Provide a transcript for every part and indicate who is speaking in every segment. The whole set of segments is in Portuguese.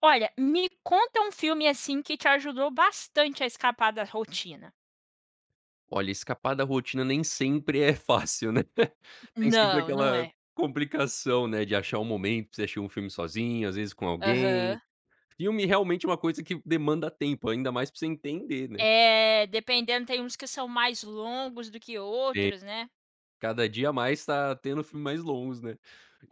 Speaker 1: Olha, me conta um filme, assim, que te ajudou bastante a escapar da rotina.
Speaker 2: Olha, escapar da rotina nem sempre é fácil, né. Tem sempre
Speaker 1: Não, não
Speaker 2: aquela
Speaker 1: é.
Speaker 2: complicação, né, de achar um momento pra você assistir um filme sozinho, às vezes com
Speaker 1: Aham.
Speaker 2: alguém. Filme realmente é uma coisa que demanda tempo, ainda mais pra você entender, né.
Speaker 1: É, dependendo, tem uns que são mais longos do que
Speaker 2: É,
Speaker 1: outros, né.
Speaker 2: cada dia mais tá tendo filme mais longos, né.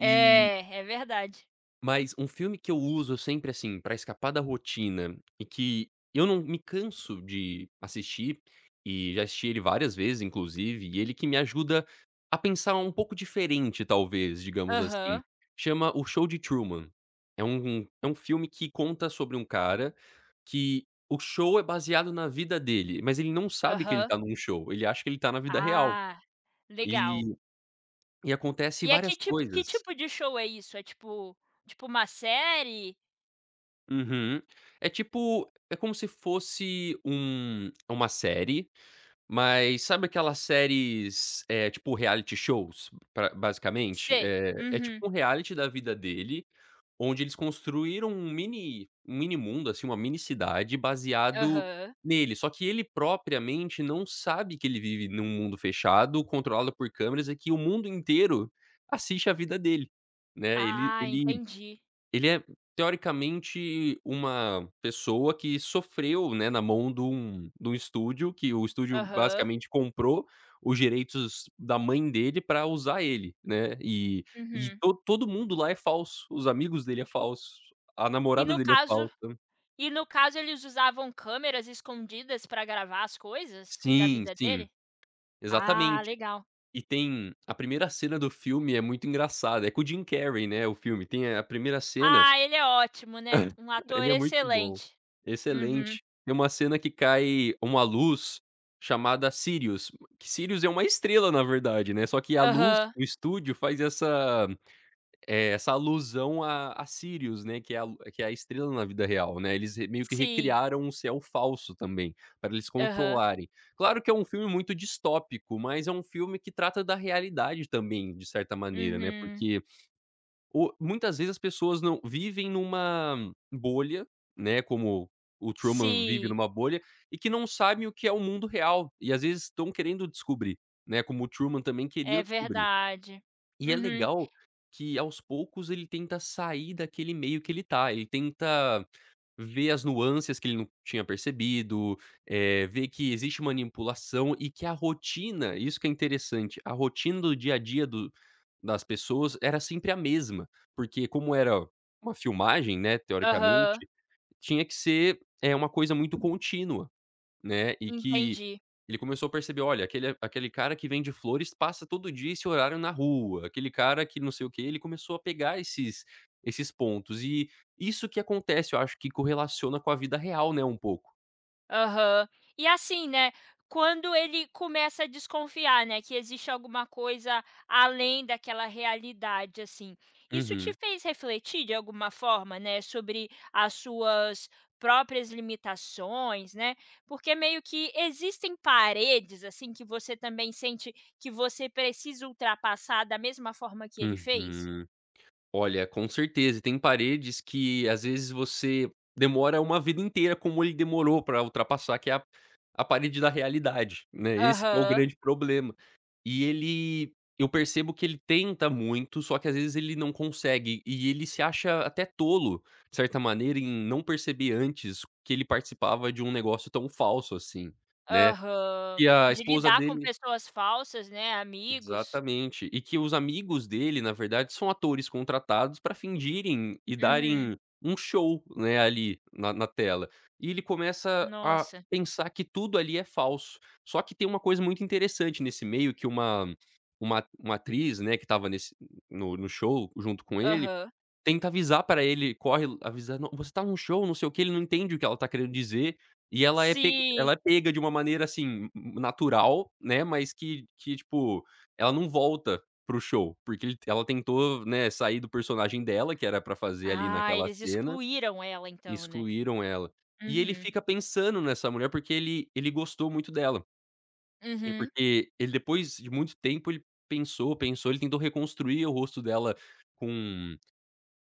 Speaker 2: E
Speaker 1: é verdade.
Speaker 2: Mas um filme que eu uso sempre, assim, pra escapar da rotina e que eu não me canso de assistir, e já assisti ele várias vezes, inclusive, e ele que me ajuda a pensar um pouco diferente, talvez, digamos assim,
Speaker 1: Aham,
Speaker 2: chama O Show de Truman. É um filme que conta sobre um cara que o show é baseado na vida dele, mas ele não sabe que ele
Speaker 1: aham.
Speaker 2: tá num show, ele acha que ele tá na vida real.
Speaker 1: Ah,
Speaker 2: E
Speaker 1: legal.
Speaker 2: e acontece
Speaker 1: E é
Speaker 2: várias
Speaker 1: que tipo que
Speaker 2: coisas.
Speaker 1: tipo de show é isso? É tipo uma série?
Speaker 2: Uhum. É como se fosse uma série, mas sabe aquelas séries, é tipo reality shows, pra basicamente?
Speaker 1: Sei.
Speaker 2: É é tipo
Speaker 1: Uhum.
Speaker 2: um reality da vida dele, onde eles construíram um mini mundo, assim, uma mini cidade baseado
Speaker 1: Aham.
Speaker 2: nele, só que ele propriamente não sabe que ele vive num mundo fechado, controlado por câmeras, e que o mundo inteiro assiste a vida dele, né, ele
Speaker 1: Ah,
Speaker 2: ele
Speaker 1: entendi.
Speaker 2: ele é teoricamente uma pessoa que sofreu, né, na mão de um estúdio, que o estúdio
Speaker 1: Aham.
Speaker 2: basicamente comprou os direitos da mãe dele para usar ele, né, e
Speaker 1: Uhum.
Speaker 2: to todo mundo lá é falso, os amigos dele é falso, a
Speaker 1: E
Speaker 2: namorada
Speaker 1: no
Speaker 2: dele é
Speaker 1: caso
Speaker 2: falsa.
Speaker 1: E no caso eles usavam câmeras escondidas pra gravar as coisas da
Speaker 2: Sim,
Speaker 1: vida
Speaker 2: sim,
Speaker 1: dele? Ah,
Speaker 2: exatamente.
Speaker 1: legal.
Speaker 2: E tem a primeira cena do filme é muito engraçada, é com o Jim Carrey, né, o filme, tem a primeira cena.
Speaker 1: Ah, ele é ótimo, né, um ator
Speaker 2: Ele é muito bom.
Speaker 1: excelente. Uhum.
Speaker 2: Excelente. Tem uma cena que cai uma luz chamada Sirius, que Sirius é uma estrela, na verdade, né, só que a luz
Speaker 1: Aham.
Speaker 2: do estúdio faz essa, essa alusão a Sirius, né, que é a estrela na vida real, né, eles re meio que
Speaker 1: Sim.
Speaker 2: recriaram um céu falso também, para eles
Speaker 1: Aham.
Speaker 2: controlarem. Claro que é um filme muito distópico, mas é um filme que trata da realidade também, de certa maneira, né,
Speaker 1: Uhum.
Speaker 2: porque o muitas vezes as pessoas não vivem numa bolha, né, como o Truman vive
Speaker 1: Sim,
Speaker 2: numa bolha, e que não sabem o que é o mundo real, e às vezes estão querendo descobrir, né, como o Truman também
Speaker 1: é
Speaker 2: queria descobrir.
Speaker 1: verdade.
Speaker 2: E é
Speaker 1: Uhum.
Speaker 2: legal que aos poucos ele tenta sair daquele meio que ele tá, ele tenta ver as nuances que ele não tinha percebido, ver que existe manipulação e que a rotina, isso que é interessante, a rotina do dia a dia do das pessoas era sempre a mesma, porque como era uma filmagem, né,
Speaker 1: Aham,
Speaker 2: teoricamente, tinha que ser, é uma coisa muito contínua. Né, e que
Speaker 1: entendi.
Speaker 2: ele começou a perceber: "Olha, aquele cara que vende flores passa todo dia esse horário na rua, aquele cara que não sei o que", ele começou a pegar esses pontos. E isso que acontece, eu acho que correlaciona com a vida real, né, um pouco.
Speaker 1: Aham. E assim, né, quando ele começa a desconfiar, né, que existe alguma coisa além daquela realidade, assim, isso te
Speaker 2: Uhum,
Speaker 1: fez refletir de alguma forma, né, sobre as suas próprias limitações, né? Porque meio que existem paredes, assim, que você também sente que você precisa ultrapassar da mesma forma que ele fez?
Speaker 2: uhum. Olha, com certeza. E tem paredes que às vezes você demora uma vida inteira como ele demorou para ultrapassar, que é a parede da realidade, né, esse que é o
Speaker 1: Aham,
Speaker 2: grande problema. E ele eu percebo que ele tenta muito, só que às vezes ele não consegue, e ele se acha até tolo, de certa maneira, em não perceber antes que ele participava de um negócio tão falso assim, né.
Speaker 1: aham.
Speaker 2: E a
Speaker 1: De
Speaker 2: esposa
Speaker 1: lidar com
Speaker 2: dele,
Speaker 1: pessoas falsas, né, amigos.
Speaker 2: exatamente. E que os amigos dele, na verdade, são atores contratados para fingirem e
Speaker 1: Uhum.
Speaker 2: darem um show, né, ali na tela. E ele começa a
Speaker 1: Nossa.
Speaker 2: pensar que tudo ali é falso. Só que tem uma coisa muito interessante nesse meio, que uma uma atriz, né, que estava nesse, no show junto com ele,
Speaker 1: Aham.
Speaker 2: tenta avisar pra ele, corre avisar: "Não, você tá num show, não sei o quê", ele não entende o que ela tá querendo dizer, e
Speaker 1: Sim.
Speaker 2: ela é pega de uma maneira, assim, natural, né, mas que, tipo, ela não volta para o show, porque ele ela tentou, né, sair do personagem dela, que era pra fazer ali
Speaker 1: Ah,
Speaker 2: naquela
Speaker 1: eles
Speaker 2: cena,
Speaker 1: excluíram ela
Speaker 2: e
Speaker 1: então, né.
Speaker 2: excluíram ela. E ele
Speaker 1: Uhum.
Speaker 2: fica pensando nessa mulher, porque ele gostou muito dela. E
Speaker 1: Uhum.
Speaker 2: porque ele, depois de muito tempo, ele ele tentou reconstruir o rosto dela com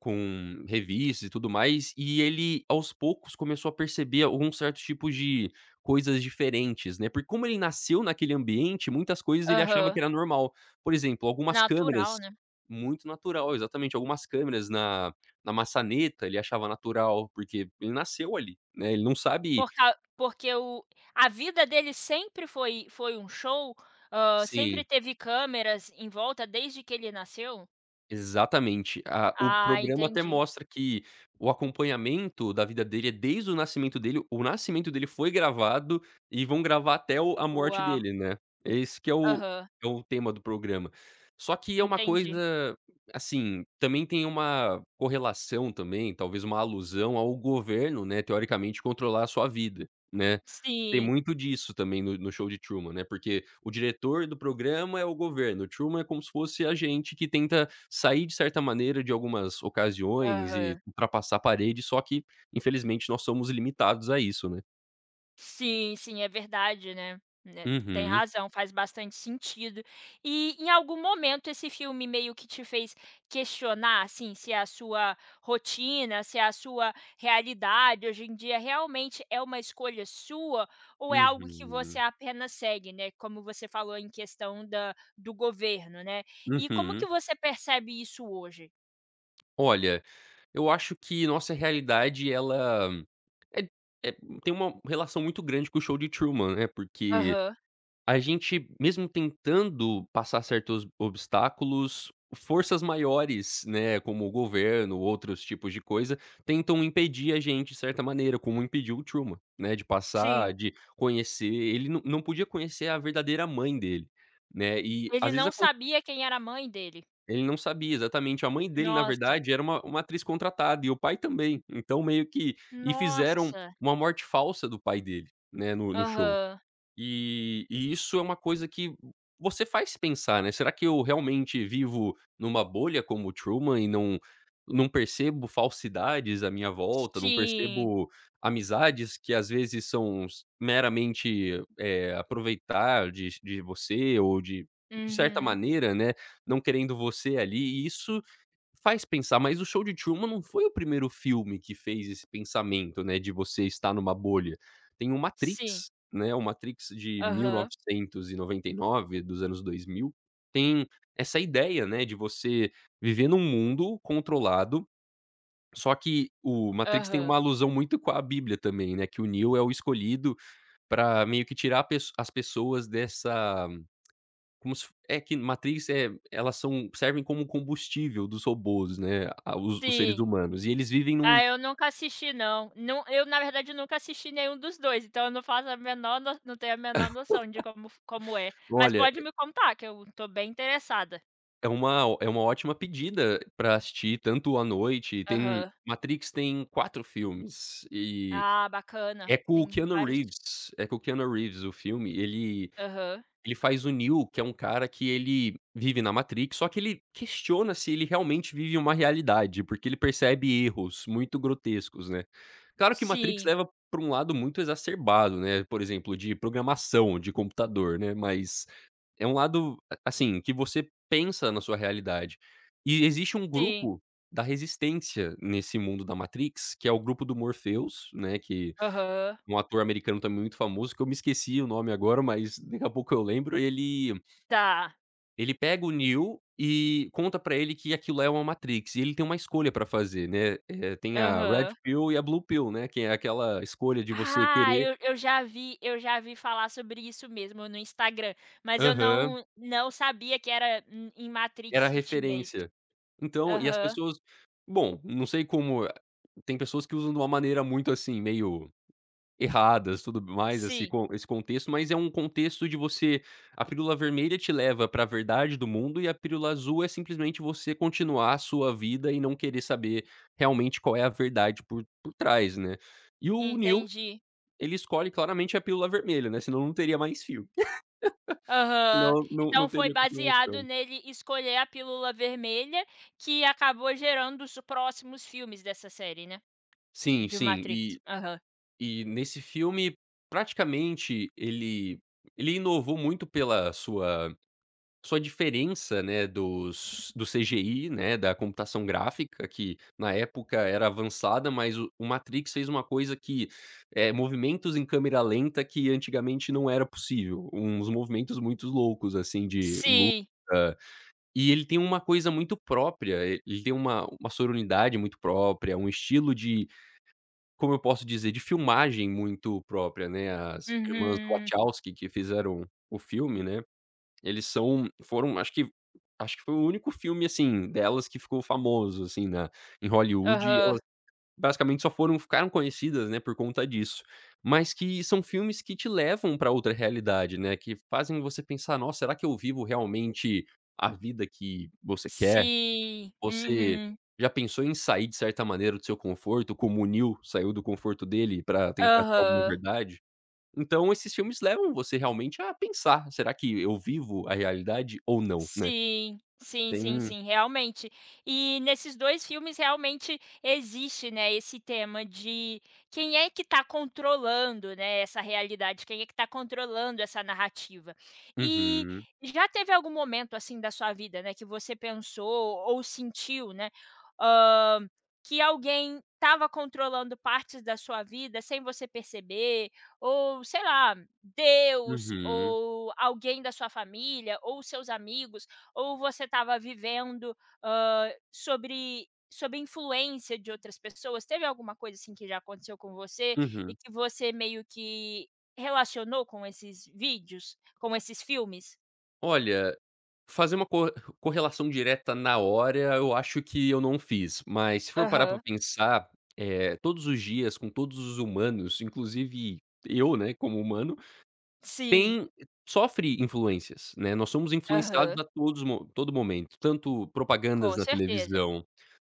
Speaker 2: revistas e tudo mais, e ele aos poucos começou a perceber algum certo tipo de coisas diferentes, né, porque como ele nasceu naquele ambiente, muitas coisas ele achava
Speaker 1: Aham.
Speaker 2: que era normal. Por exemplo, algumas
Speaker 1: Natural,
Speaker 2: câmeras
Speaker 1: né.
Speaker 2: muito natural, exatamente, algumas câmeras na maçaneta ele achava natural, porque ele nasceu ali, né, ele não sabe
Speaker 1: Porque o, a vida dele sempre foi um show, sempre
Speaker 2: se,
Speaker 1: teve câmeras em volta desde que ele nasceu?
Speaker 2: exatamente. A, o
Speaker 1: Ah,
Speaker 2: programa até
Speaker 1: entendi.
Speaker 2: mostra que o acompanhamento da vida dele é desde o nascimento dele foi gravado e vão gravar até o a morte
Speaker 1: Uau.
Speaker 2: dele, né. Esse que é
Speaker 1: Aham,
Speaker 2: o tema do programa. Só que é uma
Speaker 1: entendi.
Speaker 2: coisa, assim, também tem uma correlação também, talvez uma alusão ao governo, né, teoricamente controlar a sua vida, né. Tem
Speaker 1: Sim.
Speaker 2: muito disso também no Show de Truman, né, porque o diretor do programa é o governo, o Truman é como se fosse a gente que tenta sair de certa maneira de algumas ocasiões e
Speaker 1: Aham.
Speaker 2: ultrapassar a parede, só que infelizmente nós somos limitados a isso, né.
Speaker 1: Sim, sim, é verdade, né, né, tem
Speaker 2: Uhum,
Speaker 1: razão, faz bastante sentido. E em algum momento esse filme meio que te fez questionar, assim, se a sua rotina, se a sua realidade hoje em dia realmente é uma escolha sua ou é algo que você
Speaker 2: uhum,
Speaker 1: apenas segue, né, como você falou em questão da do governo, né. E como que
Speaker 2: uhum.
Speaker 1: você percebe isso hoje?
Speaker 2: Olha, eu acho que nossa realidade ela é é tem uma relação muito grande com o Show de Truman, né, porque
Speaker 1: Aham,
Speaker 2: a gente, mesmo tentando passar certos obstáculos, forças maiores, né, como o governo, outros tipos de coisa, tentam impedir a gente de certa maneira, como impediu o Truman, né, de passar,
Speaker 1: sim.
Speaker 2: de conhecer, ele não podia conhecer a verdadeira mãe dele, né, e
Speaker 1: Ele
Speaker 2: às vezes
Speaker 1: não
Speaker 2: acon
Speaker 1: sabia quem era a mãe dele.
Speaker 2: ele não sabia exatamente, a mãe dele na
Speaker 1: Nossa,
Speaker 2: verdade era uma atriz contratada e o pai também, então meio que fizeram
Speaker 1: nossa.
Speaker 2: uma morte falsa do pai dele, né, no show.
Speaker 1: Aham.
Speaker 2: E isso é uma coisa que você faz pensar, né, será que eu realmente vivo numa bolha como o Truman e não percebo falsidades à minha volta, não
Speaker 1: Sim.
Speaker 2: percebo amizades que às vezes são s meramente, aproveitar de você ou de certa
Speaker 1: Uhum.
Speaker 2: maneira, né, não querendo você ali, e isso faz pensar, mas o Show de Truman não foi o primeiro filme que fez esse pensamento, né, de você estar numa bolha. Tem o
Speaker 1: Sim.
Speaker 2: Matrix, né, o Matrix de
Speaker 1: Aham.
Speaker 2: 1999, dos anos 2000, tem essa ideia, né, de você viver num mundo controlado, só que o Matrix tem uma
Speaker 1: Aham.
Speaker 2: alusão muito com a Bíblia também, né, que o Neo é o escolhido pra meio que tirar a pesso as pessoas dessa, como se é que Matrix, é, elas são servem como combustível dos robôs, né, a os seres
Speaker 1: Sim.
Speaker 2: humanos. E eles vivem num,
Speaker 1: Ah, eu nunca assisti não. Não, eu na verdade nunca assisti nenhum dos dois, então eu não faço a menor não tenho a menor noção de como é. Mas
Speaker 2: olha,
Speaker 1: pode me contar que eu tô bem interessada.
Speaker 2: é uma ótima pedida pra assistir tanto à noite, tem
Speaker 1: Aham.
Speaker 2: Matrix, tem 4 filmes, e
Speaker 1: Ah,
Speaker 2: é
Speaker 1: bacana.
Speaker 2: com o
Speaker 1: Tem
Speaker 2: Keanu
Speaker 1: vários
Speaker 2: Reeves, o filme, ele
Speaker 1: aham.
Speaker 2: Ele faz o Neo, que é um cara que ele vive na Matrix, só que ele questiona se ele realmente vive uma realidade, porque ele percebe erros muito grotescos, né. Claro que Matrix
Speaker 1: Sim,
Speaker 2: leva pra um lado muito exacerbado, né, por exemplo, de programação de computador, né, mas é um lado, a assim, que você pensa na sua realidade. E existe um
Speaker 1: sim.
Speaker 2: grupo da resistência nesse mundo da Matrix, que é o grupo do Morpheus, né, que
Speaker 1: Aham.
Speaker 2: um ator americano também muito famoso, que eu me esqueci o nome agora, mas daqui a pouco eu lembro, ele
Speaker 1: Tá.
Speaker 2: ele pega o Neo e conta pra ele que aquilo é uma Matrix, e ele tem uma escolha pra fazer, né, tem a Red
Speaker 1: Aham.
Speaker 2: Pill e a Blue Pill, né, que é aquela escolha de você
Speaker 1: Ah,
Speaker 2: querer,
Speaker 1: eu já vi falar sobre isso mesmo no Instagram, mas eu
Speaker 2: aham,
Speaker 1: não, não sabia que era em
Speaker 2: era a
Speaker 1: Matrix que tinha isso.
Speaker 2: referência. Então e as
Speaker 1: Aham.
Speaker 2: pessoas, bom, não sei como, tem pessoas que usam de uma maneira muito, assim, meio erradas, tudo mais,
Speaker 1: Sim,
Speaker 2: esse contexto, mas é um contexto de você, a pílula vermelha te leva para a verdade do mundo e a pílula azul é simplesmente você continuar a sua vida e não querer saber realmente qual é a verdade por trás, né. E o Neil
Speaker 1: entendi.
Speaker 2: ele escolhe claramente a pílula vermelha, né, senão não teria mais filme.
Speaker 1: Aham.
Speaker 2: Não não
Speaker 1: Então foi
Speaker 2: teria
Speaker 1: baseado
Speaker 2: continuação.
Speaker 1: nele escolher a pílula vermelha, que acabou gerando os próximos filmes dessa série, né,
Speaker 2: Sim,
Speaker 1: de
Speaker 2: sim.
Speaker 1: Matrix.
Speaker 2: E
Speaker 1: Aham.
Speaker 2: e nesse filme, praticamente, ele inovou muito pela sua... Só a diferença, né, dos do CGI, né, da computação gráfica, que na época era avançada, mas o Matrix fez uma coisa que, é movimentos em câmera lenta que antigamente não era possível, uns movimentos muito loucos, assim, de luta,
Speaker 1: Sim.
Speaker 2: e ele tem uma coisa muito própria, e ele tem uma sonoridade muito própria, um estilo de, como eu posso dizer, de filmagem muito própria, né, as irmãs
Speaker 1: Uhum.
Speaker 2: Wachowski que fizeram o filme, né. Eles são foram acho que... acho que foi o único filme, assim, delas que ficou famoso, assim, na... em Hollywood, e
Speaker 1: Aham.
Speaker 2: elas basicamente só foram ficaram conhecidas, né, por conta disso. Mas que são filmes que te levam pra outra realidade, né, que fazem você pensar: "Nossa, será que eu vivo realmente a vida que você quer?".
Speaker 1: Sim.
Speaker 2: Você
Speaker 1: Uhum.
Speaker 2: já pensou em sair de certa maneira do seu conforto, como o Neil saiu do conforto dele pra tentar achar alguma
Speaker 1: Aham.
Speaker 2: verdade? Então esses filmes levam você realmente a pensar: "Será que eu vivo a realidade ou não?", né.
Speaker 1: Sim, sim, sim,
Speaker 2: Tem
Speaker 1: sim, realmente. E nesses 2 filmes realmente existe, né, esse tema de quem é que está controlando, né, essa realidade, quem é que está controlando essa narrativa. E
Speaker 2: uhum,
Speaker 1: já teve algum momento, assim, da sua vida, né, que você pensou ou sentiu, né, hã, que alguém estava controlando partes da sua vida sem você perceber, ou sei lá, Deus
Speaker 2: uhum,
Speaker 1: ou alguém da sua família ou seus amigos, ou você estava vivendo, sobre influência de outras pessoas? Teve alguma coisa assim que já aconteceu com você e
Speaker 2: uhum.
Speaker 1: que você meio que relacionou com esses vídeos, com esses filmes?
Speaker 2: Olha, fazer uma co correlação direta na hora, eu acho que eu não fiz, mas se for parar pra
Speaker 1: Aham.
Speaker 2: pensar, todos os dias com todos os humanos, inclusive eu, né, como humano,
Speaker 1: Sim.
Speaker 2: tem sofre influências, né, nós somos influenciados
Speaker 1: Aham.
Speaker 2: a todo momento, tanto propagandas
Speaker 1: Com
Speaker 2: na
Speaker 1: certeza.
Speaker 2: televisão.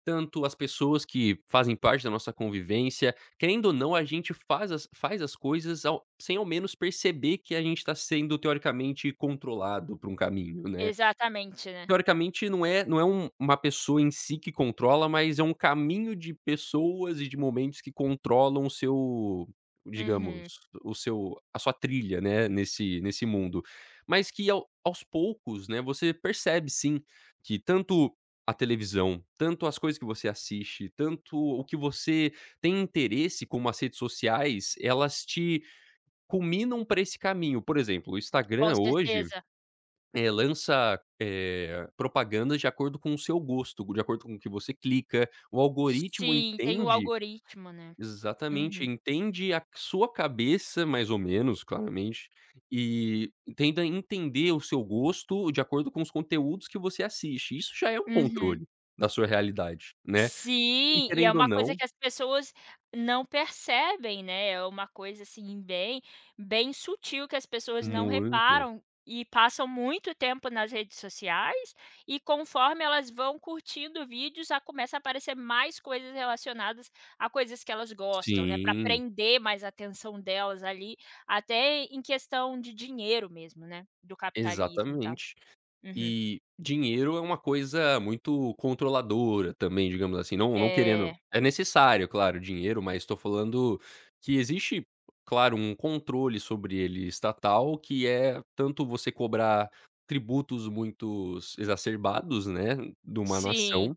Speaker 2: Tanto as pessoas que fazem parte da nossa convivência, querendo ou não, a gente faz as coisas ao sem ao menos perceber que a gente está sendo teoricamente controlado por um caminho, né.
Speaker 1: Exatamente, né.
Speaker 2: Teoricamente não é uma pessoa em si que controla, mas é um caminho de pessoas e de momentos que controlam o seu,
Speaker 1: Uhum.
Speaker 2: digamos, o seu a sua trilha, né, nesse mundo. Mas que ao aos poucos, né, você percebe sim, que tanto a televisão, tanto as coisas que você assiste, tanto o que você tem interesse como as redes sociais, elas te culminam para esse caminho. Por exemplo, o
Speaker 1: Com
Speaker 2: Instagram hoje
Speaker 1: certeza.
Speaker 2: lança, propagandas de acordo com o seu gosto, de acordo com o que você clica. O algoritmo
Speaker 1: Sim, tem o
Speaker 2: entende
Speaker 1: algoritmo, né.
Speaker 2: exatamente,
Speaker 1: Uhum.
Speaker 2: entende a sua cabeça mais ou menos, claramente, e tenta entender o seu gosto de acordo com os conteúdos que você assiste. Isso já é um
Speaker 1: Uhum.
Speaker 2: controle da sua realidade, né. E
Speaker 1: Sim, e é
Speaker 2: querendo ou
Speaker 1: uma coisa
Speaker 2: não,
Speaker 1: que as pessoas não percebem, né, é uma coisa, assim, bem sutil, que as pessoas não
Speaker 2: muito.
Speaker 1: reparam e passam muito tempo nas redes sociais, e conforme elas vão curtindo vídeos, já começa a aparecer mais coisas relacionadas a coisas que elas gostam, né, para
Speaker 2: Sim,
Speaker 1: prender mais a atenção delas ali, até em questão de dinheiro mesmo, né, do capitalismo e tals.
Speaker 2: exatamente.
Speaker 1: Uhum.
Speaker 2: E dinheiro é uma coisa muito controladora também, digamos assim, não querendo...
Speaker 1: É,
Speaker 2: é necessário, claro, dinheiro, mas estou falando que existe, claro, um controle sobre ele estatal, que é tanto você cobrar tributos muito exacerbados, né, de uma
Speaker 1: sim,
Speaker 2: nação,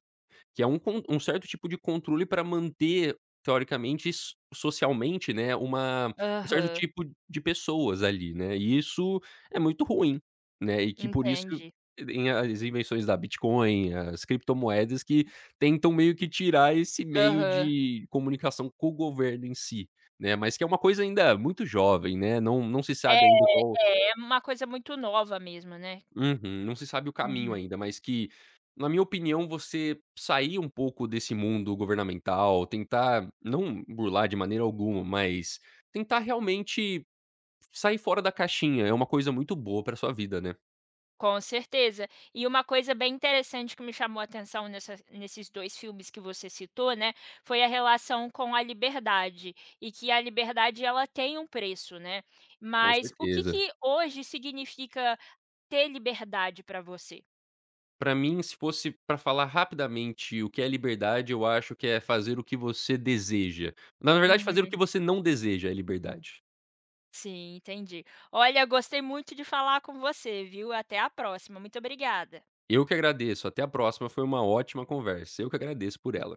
Speaker 2: que é um con um certo tipo de controle para manter, teoricamente, socialmente, né, uma... um certo
Speaker 1: aham,
Speaker 2: tipo de pessoas ali, né, e isso é muito ruim, né, e que por isso
Speaker 1: entendi.
Speaker 2: tem as invenções da Bitcoin, as criptomoedas que tentam meio que tirar esse meio
Speaker 1: Aham.
Speaker 2: de comunicação com o governo em si, né, mas que é uma coisa ainda muito jovem, né, não se
Speaker 1: É,
Speaker 2: sabe ainda qual...
Speaker 1: é uma coisa muito nova mesmo, né.
Speaker 2: Uhum. Não se sabe o caminho
Speaker 1: Uhum.
Speaker 2: ainda, mas que, na minha opinião, você sair um pouco desse mundo governamental, tentar não burlar de maneira alguma, mas tentar realmente sair fora da caixinha, é uma coisa muito boa pra sua vida, né.
Speaker 1: Com certeza. E uma coisa bem interessante que me chamou a atenção nessas nesses 2 filmes que você citou, né, foi a relação com a liberdade, e que a liberdade ela tem um preço, né.
Speaker 2: Com
Speaker 1: Mas o que
Speaker 2: certeza.
Speaker 1: que hoje significa ter liberdade pra você?
Speaker 2: Pra mim, se fosse pra falar rapidamente o que é liberdade, eu acho que é fazer o que você deseja. Na verdade, fazer o
Speaker 1: Uhum.
Speaker 2: que você não deseja é liberdade.
Speaker 1: Sim, entendi. Olha, gostei muito de falar com você, viu. Até a próxima. Muito obrigada.
Speaker 2: Eu que agradeço, até a próxima, foi uma ótima conversa. Eu que agradeço por ela.